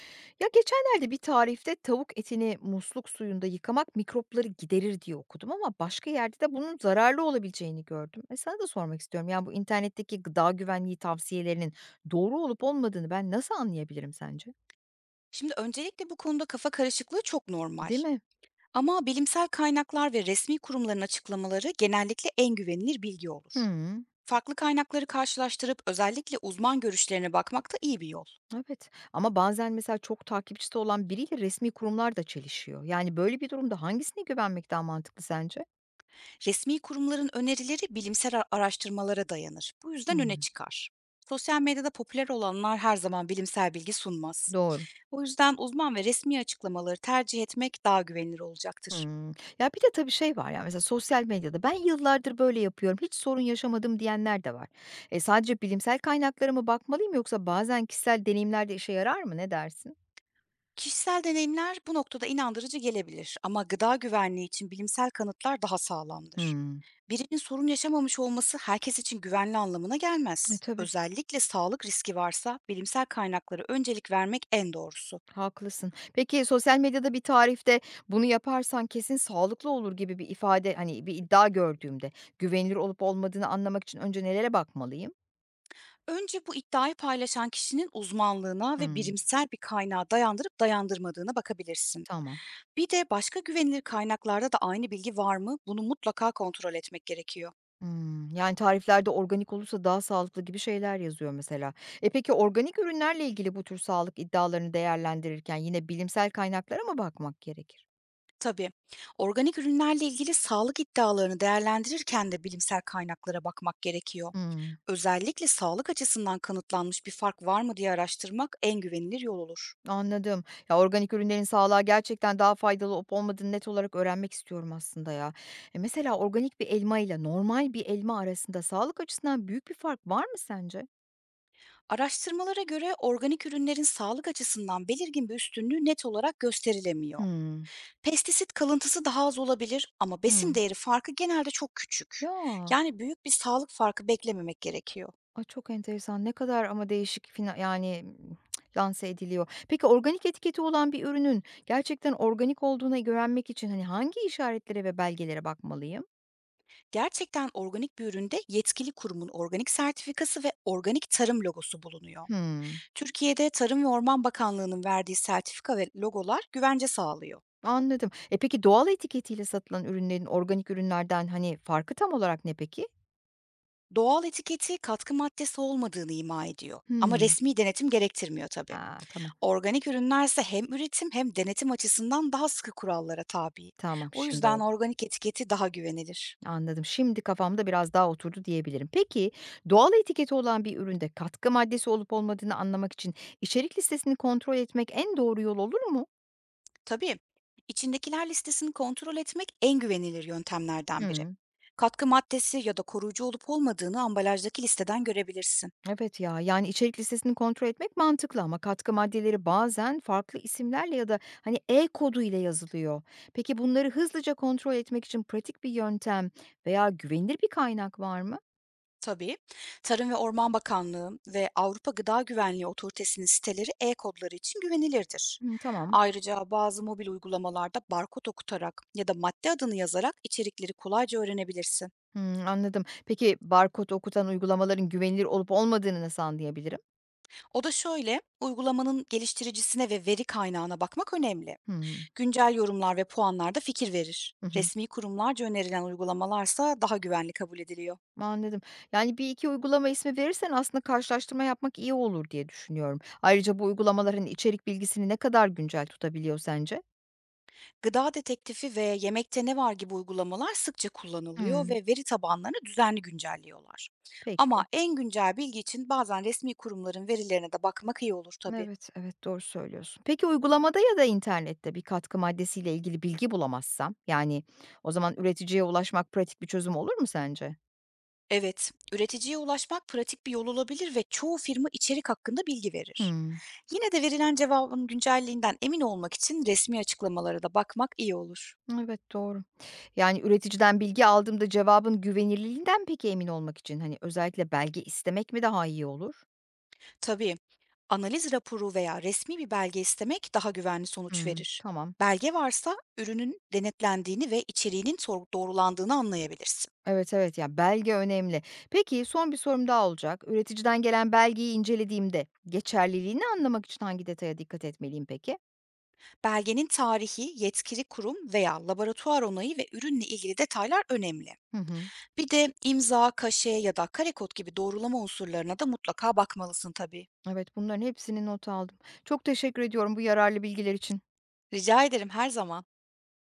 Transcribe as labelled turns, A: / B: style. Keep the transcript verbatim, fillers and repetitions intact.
A: Ya geçenlerde bir tarifte tavuk etini musluk suyunda yıkamak mikropları giderir diye okudum ama başka yerde de bunun zararlı olabileceğini gördüm. E sana da sormak istiyorum. Yani bu internetteki gıda güvenliği tavsiyelerinin doğru olup olmadığını ben nasıl anlayabilirim sence?
B: Şimdi öncelikle bu konuda kafa karışıklığı çok normal.
A: Değil mi?
B: Ama bilimsel kaynaklar ve resmi kurumların açıklamaları genellikle en güvenilir bilgi olur.
A: Hı.
B: Farklı kaynakları karşılaştırıp özellikle uzman görüşlerine bakmak da iyi bir yol.
A: Evet ama bazen mesela çok takipçisi olan biriyle resmi kurumlar da çelişiyor. Yani böyle bir durumda hangisine güvenmek daha mantıklı sence?
B: Resmi kurumların önerileri bilimsel ara- araştırmalara dayanır. Bu yüzden
A: Hı.
B: öne çıkar. Sosyal medyada popüler olanlar her zaman bilimsel bilgi sunmaz.
A: Doğru.
B: O yüzden uzman ve resmi açıklamaları tercih etmek daha güvenilir olacaktır.
A: Hımm. Ya, bir de tabii şey var, ya, mesela sosyal medyada ben yıllardır böyle yapıyorum, hiç sorun yaşamadım diyenler de var. E, sadece bilimsel kaynaklara mı bakmalıyım yoksa bazen kişisel deneyimler de işe yarar mı? Ne dersin?
B: Kişisel deneyimler bu noktada inandırıcı gelebilir ama gıda güvenliği için bilimsel kanıtlar daha sağlamdır.
A: Hımm.
B: Birinin sorun yaşamamış olması herkes için güvenli anlamına
A: E,
B: gelmez.
A: tabii,
B: Özellikle sağlık riski varsa bilimsel kaynaklara öncelik vermek en doğrusu.
A: haklısın. Peki sosyal medyada bir tarifte "Bunu yaparsan kesin sağlıklı olur." gibi bir ifade, hani, bir iddia gördüğümde güvenilir olup olmadığını anlamak için önce nelere bakmalıyım?
B: Önce bu iddiayı paylaşan kişinin uzmanlığına ve
A: Hımm.
B: bilimsel bir kaynağa dayandırıp dayandırmadığına bakabilirsin.
A: Tamam.
B: Bir de başka güvenilir kaynaklarda da aynı bilgi var mı? Bunu mutlaka kontrol etmek gerekiyor.
A: Hımm. Yani, tariflerde organik olursa daha sağlıklı gibi şeyler yazıyor mesela. E, peki organik ürünlerle ilgili bu tür sağlık iddialarını değerlendirirken yine bilimsel kaynaklara mı bakmak gerekir?
B: Tabii. Organik ürünlerle ilgili sağlık iddialarını değerlendirirken de bilimsel kaynaklara bakmak gerekiyor.
A: Hımm.
B: Özellikle sağlık açısından kanıtlanmış bir fark var mı diye araştırmak en güvenilir yol olur.
A: Anladım. Ya, organik ürünlerin sağlığa gerçekten daha faydalı olup olmadığını net olarak öğrenmek istiyorum aslında ya. E, mesela organik bir elma ile normal bir elma arasında sağlık açısından büyük bir fark var mı sence?
B: Araştırmalara göre organik ürünlerin sağlık açısından belirgin bir üstünlüğü net olarak gösterilemiyor.
A: Hımm.
B: Pestisit kalıntısı daha az olabilir ama besin
A: Hımm.
B: değeri farkı genelde çok küçük.
A: Ya!
B: Yani büyük bir sağlık farkı beklememek gerekiyor.
A: A, çok enteresan. Ne kadar ama değişik fina yani, ımm, lanse ediliyor. Peki organik etiketi olan bir ürünün gerçekten organik olduğunu öğrenmek için, hani, hangi işaretlere ve belgelere bakmalıyım?
B: Gerçekten organik bir üründe yetkili kurumun organik sertifikası ve organik tarım logosu bulunuyor.
A: Hımm,
B: Türkiye'de Tarım ve Orman Bakanlığı'nın verdiği sertifika ve logolar güvence sağlıyor.
A: anladım. E, peki doğal etiketiyle satılan ürünlerin organik ürünlerden, hani, farkı tam olarak ne peki?
B: Doğal etiketi katkı maddesi olmadığını ima ediyor. Ama
A: Hımm.
B: resmi denetim gerektirmiyor tabii.
A: A, tamam.
B: Organik ürünlerse hem üretim hem denetim açısından daha sıkı kurallara tabi.
A: Tamam,
B: O
A: şimdi
B: yüzden
A: oldu.
B: organik etiketi daha güvenilir.
A: Anladım. Şimdi kafamda biraz daha oturdu diyebilirim. Peki doğal etiketi olan bir üründe katkı maddesi olup olmadığını anlamak için içerik listesini kontrol etmek en doğru yol olur mu?
B: Tabii, içindekiler listesini kontrol etmek en güvenilir yöntemlerden biri.
A: Hımm.
B: Katkı maddesi ya da koruyucu olup olmadığını ambalajdaki listeden görebilirsin.
A: Evet ya, yani, içerik listesini kontrol etmek mantıklı ama katkı maddeleri bazen farklı isimlerle ya da, hani, E kodu ile yazılıyor. Peki bunları hızlıca kontrol etmek için pratik bir yöntem veya güvenilir bir kaynak var mı?
B: Tabii. Tarım ve Orman Bakanlığı ve Avrupa Gıda Güvenliği Otoritesi'nin siteleri e-kodları için güvenilirdir.
A: Hımm, tamam.
B: Ayrıca bazı mobil uygulamalarda barkod okutarak ya da madde adını yazarak içerikleri kolayca öğrenebilirsin.
A: Hımm, anladım. Peki barkod okutan uygulamaların güvenilir olup olmadığını nasıl anlayabilirim?
B: O da şöyle, uygulamanın geliştiricisine ve veri kaynağına bakmak önemli.
A: Hımm.
B: Güncel yorumlar ve puanlar da fikir verir.
A: Hı hı.
B: Resmi kurumlarca önerilen uygulamalarsa daha güvenli kabul ediliyor.
A: Anladım. Yani, bir iki uygulama ismi verirsen aslında karşılaştırma yapmak iyi olur diye düşünüyorum. Ayrıca bu uygulamaların içerik bilgisini ne kadar güncel tutabiliyor sence?
B: Gıda Detektifi ve Yemekte Ne Var gibi uygulamalar sıkça kullanılıyor ve
A: Hımm.
B: veri tabanlarını düzenli güncelliyorlar. Ama
A: Peki.
B: en güncel bilgi için bazen resmi kurumların verilerine de bakmak iyi olur tabii.
A: Evet, evet, doğru söylüyorsun. Peki uygulamada ya da internette bir katkı maddesiyle ilgili bilgi bulamazsam, yani o zaman üreticiye ulaşmak pratik bir çözüm olur mu sence?
B: Evet, üreticiye ulaşmak pratik bir yol olabilir ve çoğu firma içerik hakkında bilgi verir.
A: Hımm.
B: Yine de verilen cevabın güncelliğinden emin olmak için resmi açıklamalara da bakmak iyi olur.
A: Evet, doğru. Yani üreticiden bilgi aldığımda cevabın güvenilirliğinden peki emin olmak için, hani, özellikle belge istemek mi daha iyi olur?
B: Tabii, analiz raporu veya resmi bir belge istemek daha güvenli sonuç
A: Hımm,
B: verir.
A: tamam.
B: Belge varsa ürünün denetlendiğini ve içeriğinin sor- doğrulandığını anlayabilirsin.
A: Evet, evet, ya, belge önemli. Peki son bir sorum daha olacak. Üreticiden gelen belgeyi incelediğimde geçerliliğini anlamak için hangi detaya dikkat etmeliyim peki?
B: Belgenin tarihi, yetkili kurum veya laboratuvar onayı ve ürünle ilgili detaylar önemli.
A: Hı hı.
B: Bir de imza, kaşe ya da karekod gibi doğrulama unsurlarına da mutlaka bakmalısın tabii.
A: Evet, bunların hepsini not aldım. Çok teşekkür ediyorum bu yararlı bilgiler için.
B: Rica ederim her zaman.